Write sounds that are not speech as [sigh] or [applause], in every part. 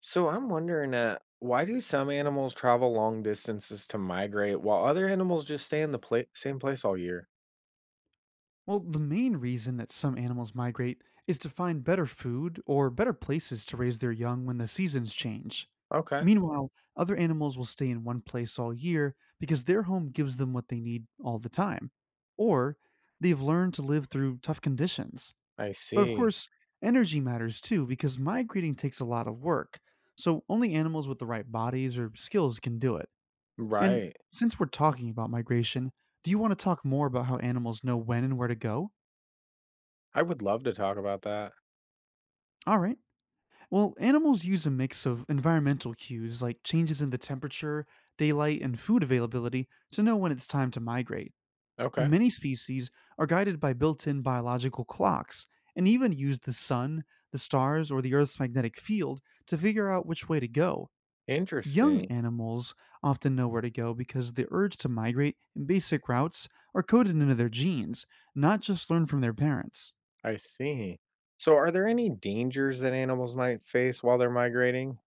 So I'm wondering, why do some animals travel long distances to migrate while other animals just stay in the same place all year? Well, the main reason that some animals migrate is to find better food or better places to raise their young when the seasons change. Okay. Meanwhile, other animals will stay in one place all year because their home gives them what they need all the time. Or they've learned to live through tough conditions. I But of see. course, energy matters too because migrating takes a lot of work. So only animals with the right bodies or skills can do it. And Right. since we're talking about migration, do you want to talk more about how animals know when and where to go? I would love to talk about that. All right. Well, animals use a mix of environmental cues like changes in the temperature, daylight, and food availability to know when it's time to migrate. Okay, Many species are guided by built in biological clocks and even use the sun, the stars, or the Earth's magnetic field to figure out which way to go. Young interesting. animals often know where to go because the urge to migrate and basic routes are coded into their genes, not just learned from their parents. I see. So, are there any dangers that animals might face while they're migrating?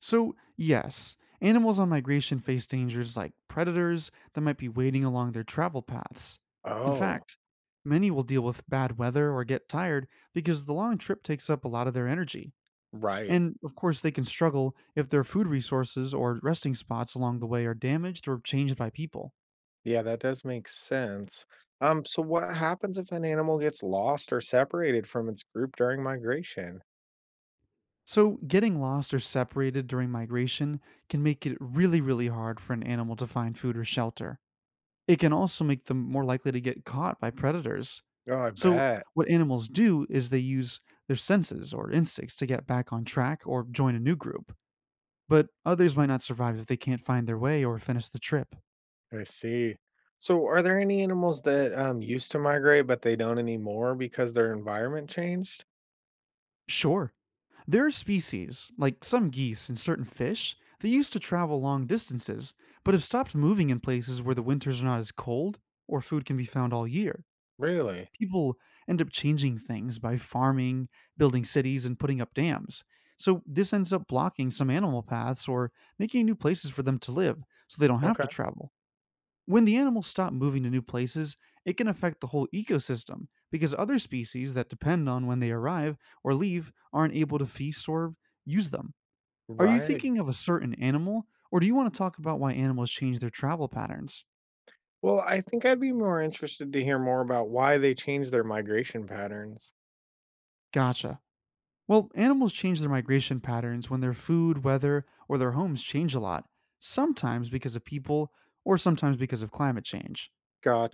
So, yes, animals on migration face dangers like predators that might be waiting along their travel paths. In Oh, fact, many will deal with bad weather or get tired because the long trip takes up a lot of their energy. right. And of course, they can struggle if their food resources or resting spots along the way are damaged or changed by people. Yeah, that does make sense. So what happens if an animal gets lost or separated from its group during migration? So, getting lost or separated during migration can make it really hard for an animal to find food or shelter. It can also make them more likely to get caught by predators. Oh, I So, bet. what animals do is they use their senses or instincts to get back on track or join a new group, but others might not survive if they can't find their way or finish the trip. I see. So, are there any animals that used to migrate but they don't anymore because their environment changed? Sure, there are species, like some geese and certain fish, that used to travel long distances, but have stopped moving in places where the winters are not as cold or food can be found all year. Really? People end up changing things by farming, building cities, and putting up dams. So this ends up blocking some animal paths or making new places for them to live so they don't have Okay. to travel. When the animals stop moving to new places, it can affect the whole ecosystem because other species that depend on when they arrive or leave aren't able to feast or use them. Are you Right. thinking of a certain animal, or do you want to talk about why animals change their travel patterns? Well, I think I'd be more interested to hear more about why they changed their migration patterns. Gotcha. Well, animals change their migration patterns when their food, weather, or their homes change a lot, sometimes because of people or sometimes because of climate change.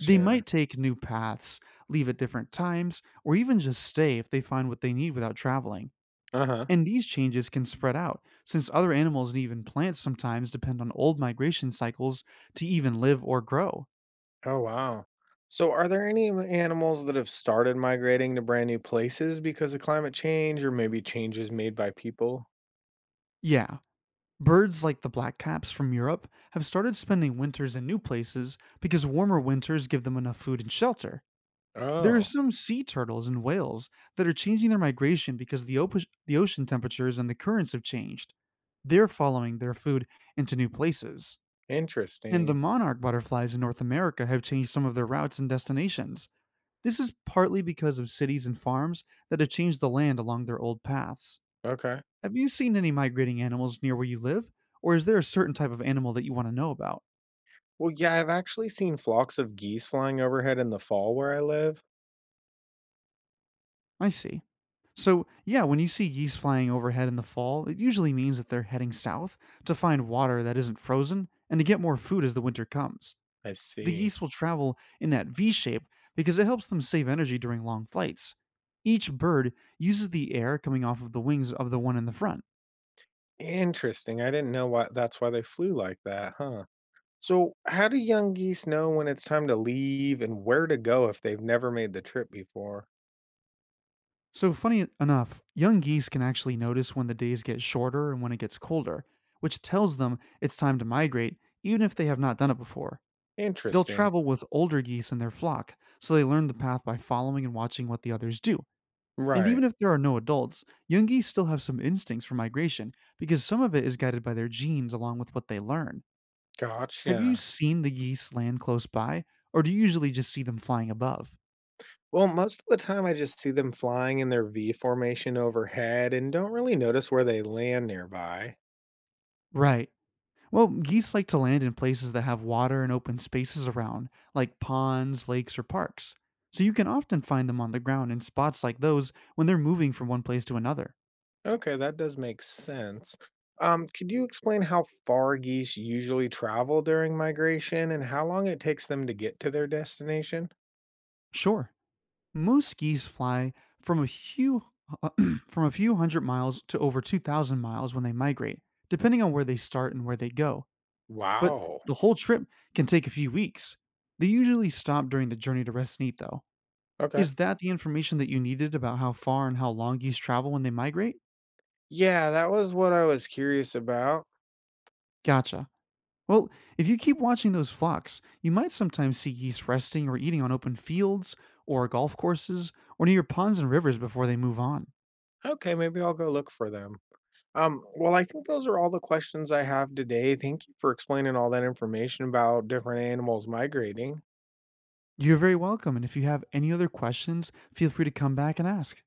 They might take new paths, leave at different times, or even just stay if they find what they need without traveling. Uh huh. And these changes can spread out, since other animals and even plants sometimes depend on old migration cycles to even live or grow. Oh, wow. So, are there any animals that have started migrating to brand new places because of climate change or maybe changes made by people? Yeah, birds like the blackcaps from Europe have started spending winters in new places because warmer winters give them enough food and shelter. There are Oh, some sea turtles and whales that are changing their migration because the ocean temperatures and the currents have changed. They're following their food into new places. And the interesting. monarch butterflies in North America have changed some of their routes and destinations. This is partly because of cities and farms that have changed the land along their old paths. Okay. Have you seen any migrating animals near where you live? Or is there a certain type of animal that you want to know about? Well, yeah, I've actually seen flocks of geese flying overhead in the fall where I live. I see. So, yeah, when you see geese flying overhead in the fall, it usually means that they're heading south to find water that isn't frozen and to get more food as the winter comes. I The see. geese will travel in that V shape because it helps them save energy during long flights. Each bird uses the air coming off of the wings of the one in the front. Interesting. I didn't know why that's why they flew like that, huh? So, how do young geese know when it's time to leave and where to go if they've never made the trip before? So, funny enough, young geese can actually notice when the days get shorter and when it gets colder, which tells them it's time to migrate, even if they have not done it before. They'll Interesting. travel with older geese in their flock, so they learn the path by following and watching what the others do. And Right. even if there are no adults, young geese still have some instincts for migration because some of it is guided by their genes along with what they learn. Have you Gotcha. seen the geese land close by, or do you usually just see them flying above? Well, most of the time I just see them flying in their V formation overhead and don't really notice where they land nearby. Right. Well, geese like to land in places that have water and open spaces around, like ponds, lakes, or parks. So you can often find them on the ground in spots like those when they're moving from one place to another. Okay, that does make sense. Could you explain how far geese usually travel during migration and how long it takes them to get to their destination? Sure, most geese fly from a few [clears throat] from a few hundred miles to over 2,000 miles when they migrate, depending on where they start and where they go. But Wow. the whole trip can take a few weeks. They usually stop during the journey to rest and eat though. Okay. Is that the information that you needed about how far and how long geese travel when they migrate? Yeah, that was what I was curious about. Gotcha. Well, if you keep watching those flocks, you might sometimes see geese resting or eating on open fields or golf courses or near ponds and rivers before they move on. Okay, maybe I'll go look for them. Well, I think those are all the questions I have today. Thank you for explaining all that information about different animals migrating. You're very welcome, and if you have any other questions, feel free to come back and ask.